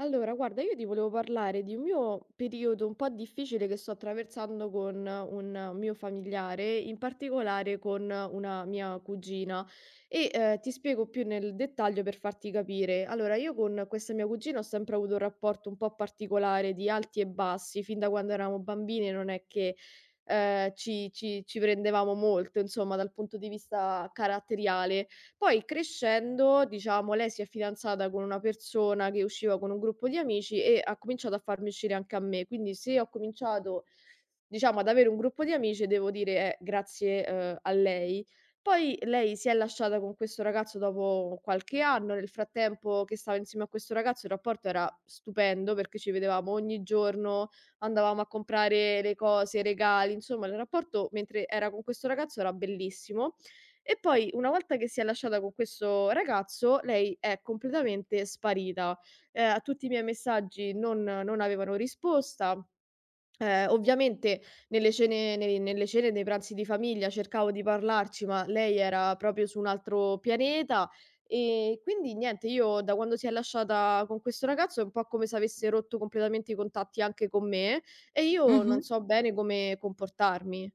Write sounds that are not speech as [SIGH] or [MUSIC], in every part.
Allora, guarda, io ti volevo parlare di un mio periodo un po' difficile che sto attraversando con un mio familiare, in particolare con una mia cugina. E ti spiego più nel dettaglio per farti capire. Allora, io con questa mia cugina ho sempre avuto un rapporto un po' particolare di alti e bassi, fin da quando eravamo bambini, non è che ci prendevamo molto, insomma, dal punto di vista caratteriale. Poi crescendo, diciamo, lei si è fidanzata con una persona che usciva con un gruppo di amici e ha cominciato a farmi uscire anche a me. Quindi se ho cominciato, diciamo, ad avere un gruppo di amici, devo dire, grazie, a lei. Poi lei si è lasciata con questo ragazzo dopo qualche anno. Nel frattempo che stava insieme a questo ragazzo il rapporto era stupendo, perché ci vedevamo ogni giorno, andavamo a comprare le cose, i regali, insomma il rapporto mentre era con questo ragazzo era bellissimo. E poi una volta che si è lasciata con questo ragazzo, lei è completamente sparita. A tutti i miei messaggi non avevano risposta. Ovviamente nelle cene dei pranzi di famiglia cercavo di parlarci, ma lei era proprio su un altro pianeta. E quindi niente, io da quando si è lasciata con questo ragazzo è un po' come se avesse rotto completamente i contatti anche con me, e io Mh-mh. non so bene come comportarmi.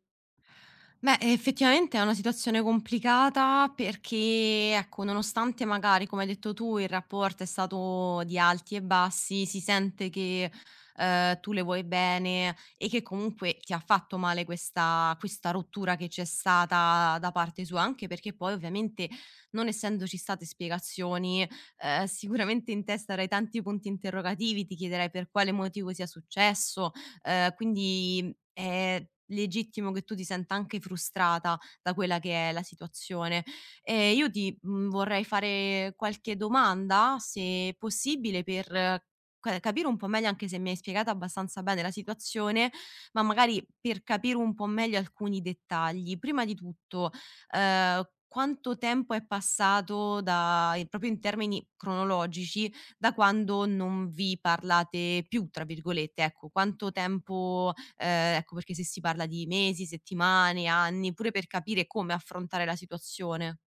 Beh, effettivamente è una situazione complicata perché, ecco, nonostante magari, come hai detto tu, il rapporto è stato di alti e bassi, si sente che, tu le vuoi bene e che comunque ti ha fatto male questa rottura che c'è stata da parte sua, anche perché poi ovviamente non essendoci state spiegazioni, sicuramente in testa avrai tanti punti interrogativi, ti chiederai per quale motivo sia successo. Quindi è legittimo che tu ti senta anche frustrata da quella che è la situazione. E io ti vorrei fare qualche domanda, se possibile, per ca capire un po' meglio, anche se mi hai spiegato abbastanza bene la situazione, ma magari per capire un po' meglio alcuni dettagli. Prima di tutto, quanto tempo è passato da e proprio in termini cronologici, da quando non vi parlate più, tra virgolette, ecco, quanto tempo ecco, perché se si parla di mesi, settimane, anni, pure per capire come affrontare la situazione.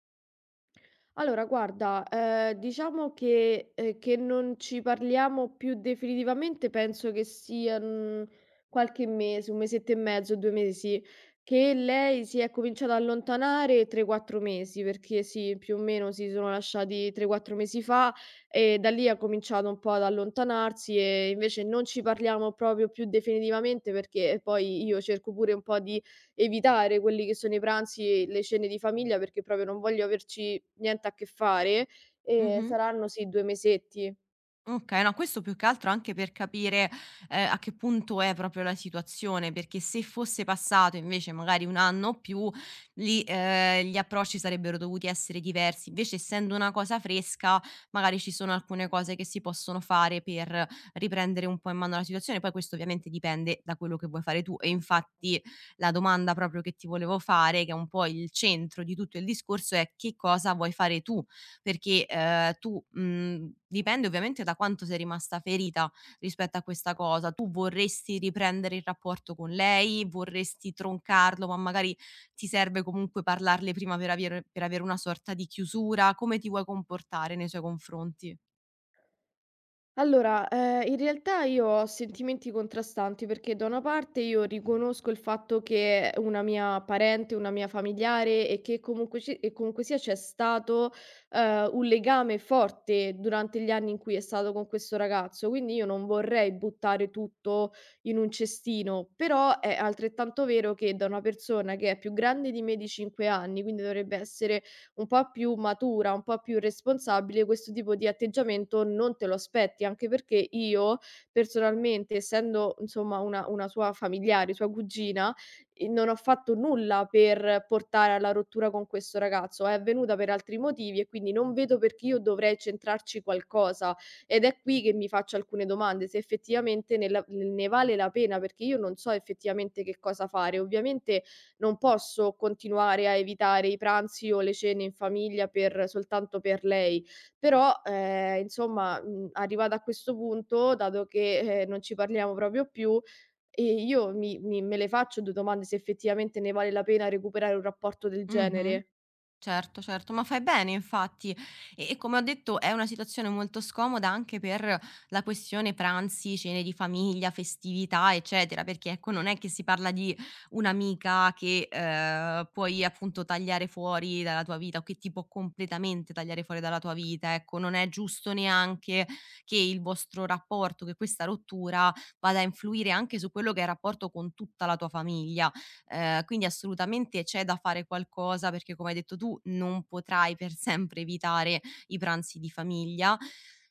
Allora guarda, diciamo che non ci parliamo più definitivamente, penso che sian qualche mese, un mesetto e mezzo, 2 mesi, che lei si è cominciata a allontanare. 3, 4 mesi, perché sì, più o meno si sono lasciati 3, 4 mesi fa e da lì ha cominciato un po' ad allontanarsi, e invece non ci parliamo proprio più definitivamente perché poi io cerco pure un po' di evitare quelli che sono i pranzi e le cene di famiglia, perché proprio non voglio averci niente a che fare, e Mh-mh. saranno sì 2 mesetti. Okay, no, questo più che altro anche per capire, a che punto è proprio la situazione, perché se fosse passato invece magari 1 anno o più lì, gli approcci sarebbero dovuti essere diversi. Invece essendo una cosa fresca, magari ci sono alcune cose che si possono fare per riprendere un po' in mano la situazione. Poi questo ovviamente dipende da quello che vuoi fare tu, e infatti la domanda proprio che ti volevo fare, che è un po' il centro di tutto il discorso, è: che cosa vuoi fare tu? Perché, tu dipende ovviamente da quanto sei rimasta ferita rispetto a questa cosa. Tu vorresti riprendere il rapporto con lei, vorresti troncarlo, ma magari ti serve comunque parlarle prima per avere una sorta di chiusura? Come ti vuoi comportare nei suoi confronti? Allora, in realtà io ho sentimenti contrastanti, perché da una parte io riconosco il fatto che una mia parente, una mia familiare, e che comunque ci e comunque sia c'è stato, un legame forte durante gli anni in cui è stato con questo ragazzo, quindi io non vorrei buttare tutto in un cestino, però è altrettanto vero che da una persona che è più grande di me di 5 anni, quindi dovrebbe essere un po' più matura, un po' più responsabile, questo tipo di atteggiamento non te lo aspetti, anche perché io personalmente, essendo insomma una sua familiare, sua cugina, non ho fatto nulla per portare alla rottura con questo ragazzo, è avvenuta per altri motivi e quindi non vedo perché io dovrei centrarci qualcosa. Ed è qui che mi faccio alcune domande, se effettivamente ne vale la pena, perché io non so effettivamente che cosa fare. Ovviamente non posso continuare a evitare i pranzi o le cene in famiglia per soltanto per lei. Però, insomma, arrivata a questo punto, dato che, non ci parliamo proprio più, io mi mi me le faccio 2 domande se effettivamente ne vale la pena recuperare un rapporto del Mh-mh. genere. Certo, certo, ma fai bene infatti. E come ho detto è una situazione molto scomoda anche per la questione pranzi, cene di famiglia, festività, eccetera, perché ecco non è che si parla di un'amica che, puoi appunto tagliare fuori dalla tua vita o che ti può completamente tagliare fuori dalla tua vita, ecco. Non è giusto neanche che il vostro rapporto, che questa rottura vada a influire anche su quello che è il rapporto con tutta la tua famiglia. Quindi assolutamente c'è da fare qualcosa perché, come hai detto tu, non potrai per sempre evitare i pranzi di famiglia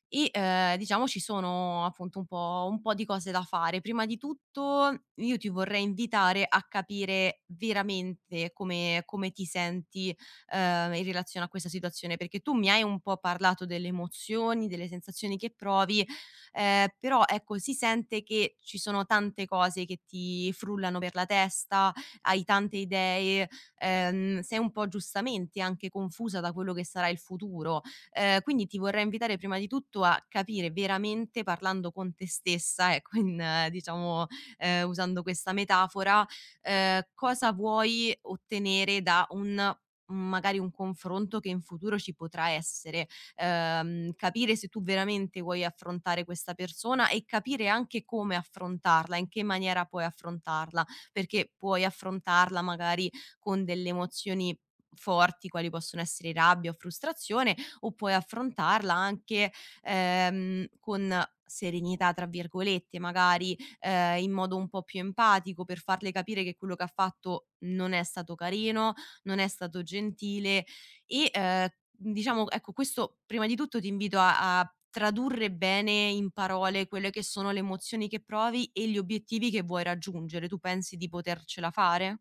e, diciamo ci sono appunto un po' di cose da fare. Prima di tutto io ti vorrei invitare a capire veramente come ti senti, in relazione a questa situazione, perché tu mi hai un po' parlato delle emozioni, delle sensazioni che provi, però ecco si sente che ci sono tante cose che ti frullano per la testa, hai tante idee, sei un po' giustamente anche confusa da quello che sarà il futuro. Quindi ti vorrei invitare prima di tutto a capire veramente parlando con te stessa, ecco, in diciamo, usando questa metafora, cosa vuoi ottenere da un magari un confronto che in futuro ci potrà essere. Capire se tu veramente vuoi affrontare questa persona e capire anche come affrontarla, in che maniera puoi affrontarla, perché puoi affrontarla magari con delle emozioni forti quali possono essere rabbia o frustrazione, o puoi affrontarla anche, con "serenità" tra virgolette, magari, in modo un po' più empatico per farle capire che quello che ha fatto non è stato carino, non è stato gentile e, diciamo, ecco, questo prima di tutto ti invito a tradurre bene in parole quelle che sono le emozioni che provi e gli obiettivi che vuoi raggiungere. Tu pensi di potercela fare?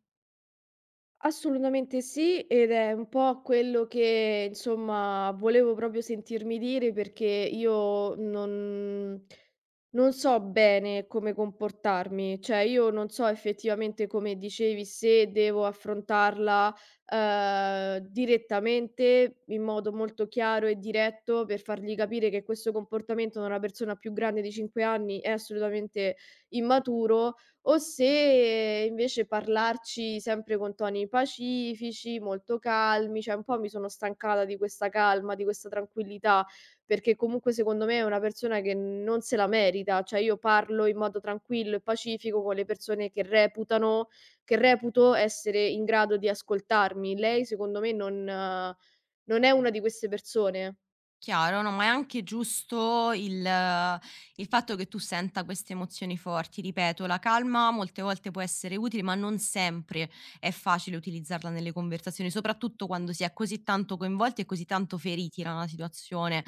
Assolutamente sì, ed è un po' quello che insomma volevo proprio sentirmi dire, perché io non so bene come comportarmi, cioè io non so effettivamente come dicevi se devo affrontarla direttamente in modo molto chiaro e diretto per fargli capire che questo comportamento da una persona più grande di 5 anni è assolutamente immaturo, o se invece parlarci sempre con toni pacifici, molto calmi, cioè un po' mi sono stancata di questa calma, di questa tranquillità, perché comunque secondo me è una persona che non se la merita, cioè io parlo in modo tranquillo e pacifico con le persone che reputano che reputo essere in grado di ascoltarmi. Lei secondo me non è una di queste persone. Chiaro, no, ma è anche giusto il fatto che tu senta queste emozioni forti. Ripeto, la calma molte volte può essere utile, ma non sempre è facile utilizzarla nelle conversazioni, soprattutto quando si è così tanto coinvolti e così tanto feriti da una situazione.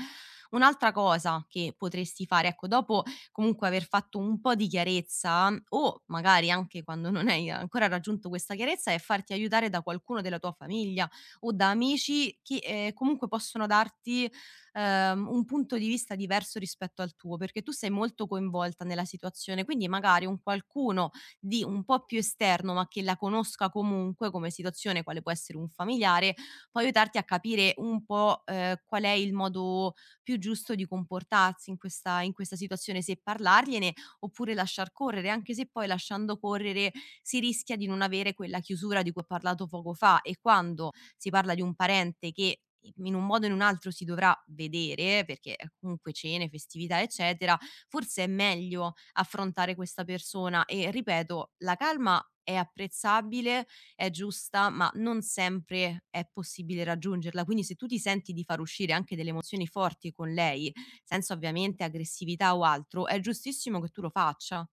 Un'altra cosa che potresti fare, ecco, dopo comunque aver fatto un po' di chiarezza o magari anche quando non hai ancora raggiunto questa chiarezza, è farti aiutare da qualcuno della tua famiglia o da amici che, comunque possono darti un punto di vista diverso rispetto al tuo, perché tu sei molto coinvolta nella situazione, quindi magari un qualcuno di un po' più esterno, ma che la conosca comunque come situazione, quale può essere un familiare, può aiutarti a capire un po', qual è il modo più giusto di comportarsi in questa situazione, se parlargliene oppure lasciar correre, anche se poi lasciando correre si rischia di non avere quella chiusura di cui ho parlato poco fa e quando si parla di un parente che in un modo o in un altro si dovrà vedere, perché comunque cene, festività, eccetera, forse è meglio affrontare questa persona e ripeto, la calma è apprezzabile, è giusta, ma non sempre è possibile raggiungerla. Quindi se tu ti senti di far uscire anche delle emozioni forti con lei, senza ovviamente aggressività o altro, è giustissimo che tu lo faccia.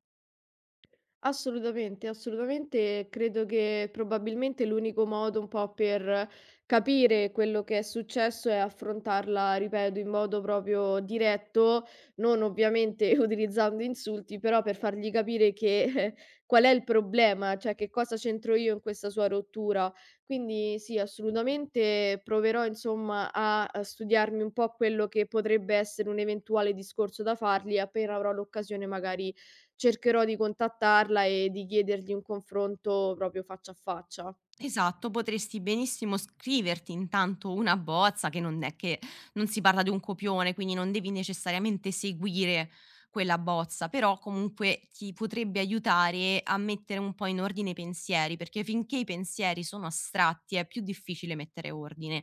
Assolutamente, assolutamente. Credo che probabilmente l'unico modo un po' per capire quello che è successo è affrontarla, ripeto, in modo proprio diretto, non ovviamente [LAUGHS] utilizzando insulti, però per fargli capire che [LAUGHS] qual è il problema, cioè che cosa c'entro io in questa sua rottura. Quindi sì, assolutamente proverò insomma a studiarmi un po' quello che potrebbe essere un eventuale discorso da fargli. Appena avrò l'occasione magari cercherò di contattarla e di chiedergli un confronto proprio faccia a faccia. Esatto, potresti benissimo scriverti intanto una bozza, che non è che non si parla di un copione, quindi non devi necessariamente seguire quella bozza, però comunque ti potrebbe aiutare a mettere un po' in ordine i pensieri, perché finché i pensieri sono astratti è più difficile mettere ordine.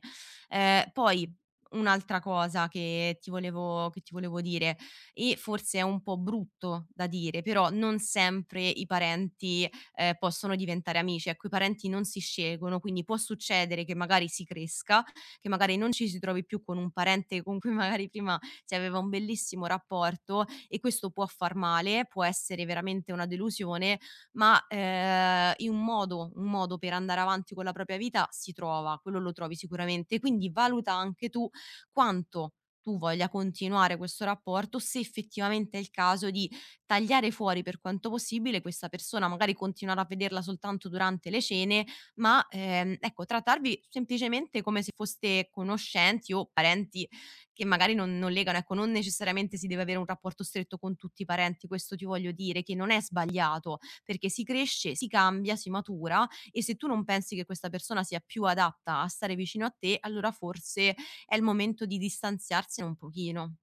Poi un'altra cosa che ti volevo dire, e forse è un po' brutto da dire, però non sempre i parenti possono diventare amici. Ecco, i parenti non si scelgono, quindi può succedere che magari si cresca, che magari non ci si trovi più con un parente con cui magari prima si aveva un bellissimo rapporto, e questo può far male, può essere veramente una delusione, ma, in un modo per andare avanti con la propria vita si trova, quello lo trovi sicuramente. Quindi valuta anche tu quanto tu voglia continuare questo rapporto, se effettivamente è il caso di tagliare fuori per quanto possibile questa persona, magari continuare a vederla soltanto durante le cene, ma, ecco, trattarvi semplicemente come se foste conoscenti o parenti che magari non legano. Ecco, non necessariamente si deve avere un rapporto stretto con tutti i parenti, questo ti voglio dire, che non è sbagliato, perché si cresce, si cambia, si matura, e se tu non pensi che questa persona sia più adatta a stare vicino a te, allora forse è il momento di distanziarsene un pochino.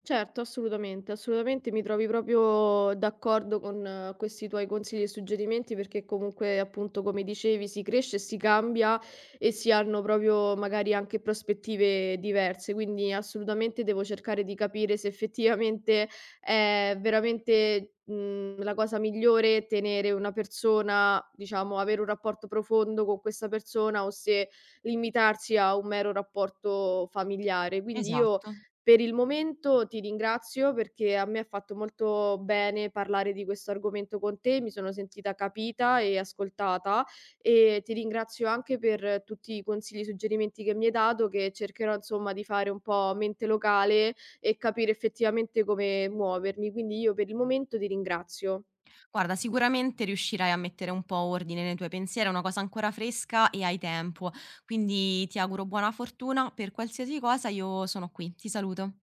Certo, assolutamente, assolutamente mi trovi proprio d'accordo con questi tuoi consigli e suggerimenti, perché comunque, appunto, come dicevi, si cresce e si cambia, e si hanno proprio magari anche prospettive diverse, quindi assolutamente devo cercare di capire se effettivamente è veramente, la cosa migliore tenere una persona, diciamo, avere un rapporto profondo con questa persona, o se limitarsi a un mero rapporto familiare. Quindi io Esatto. per il momento ti ringrazio, perché a me ha fatto molto bene parlare di questo argomento con te, mi sono sentita capita e ascoltata, e ti ringrazio anche per tutti i consigli, i suggerimenti che mi hai dato, che cercherò insomma di fare un po' mente locale e capire effettivamente come muovermi. Quindi io per il momento ti ringrazio. Guarda, sicuramente riuscirai a mettere un po' ordine nei tuoi pensieri, è una cosa ancora fresca e hai tempo. Quindi ti auguro buona fortuna per qualsiasi cosa, io sono qui. Ti saluto.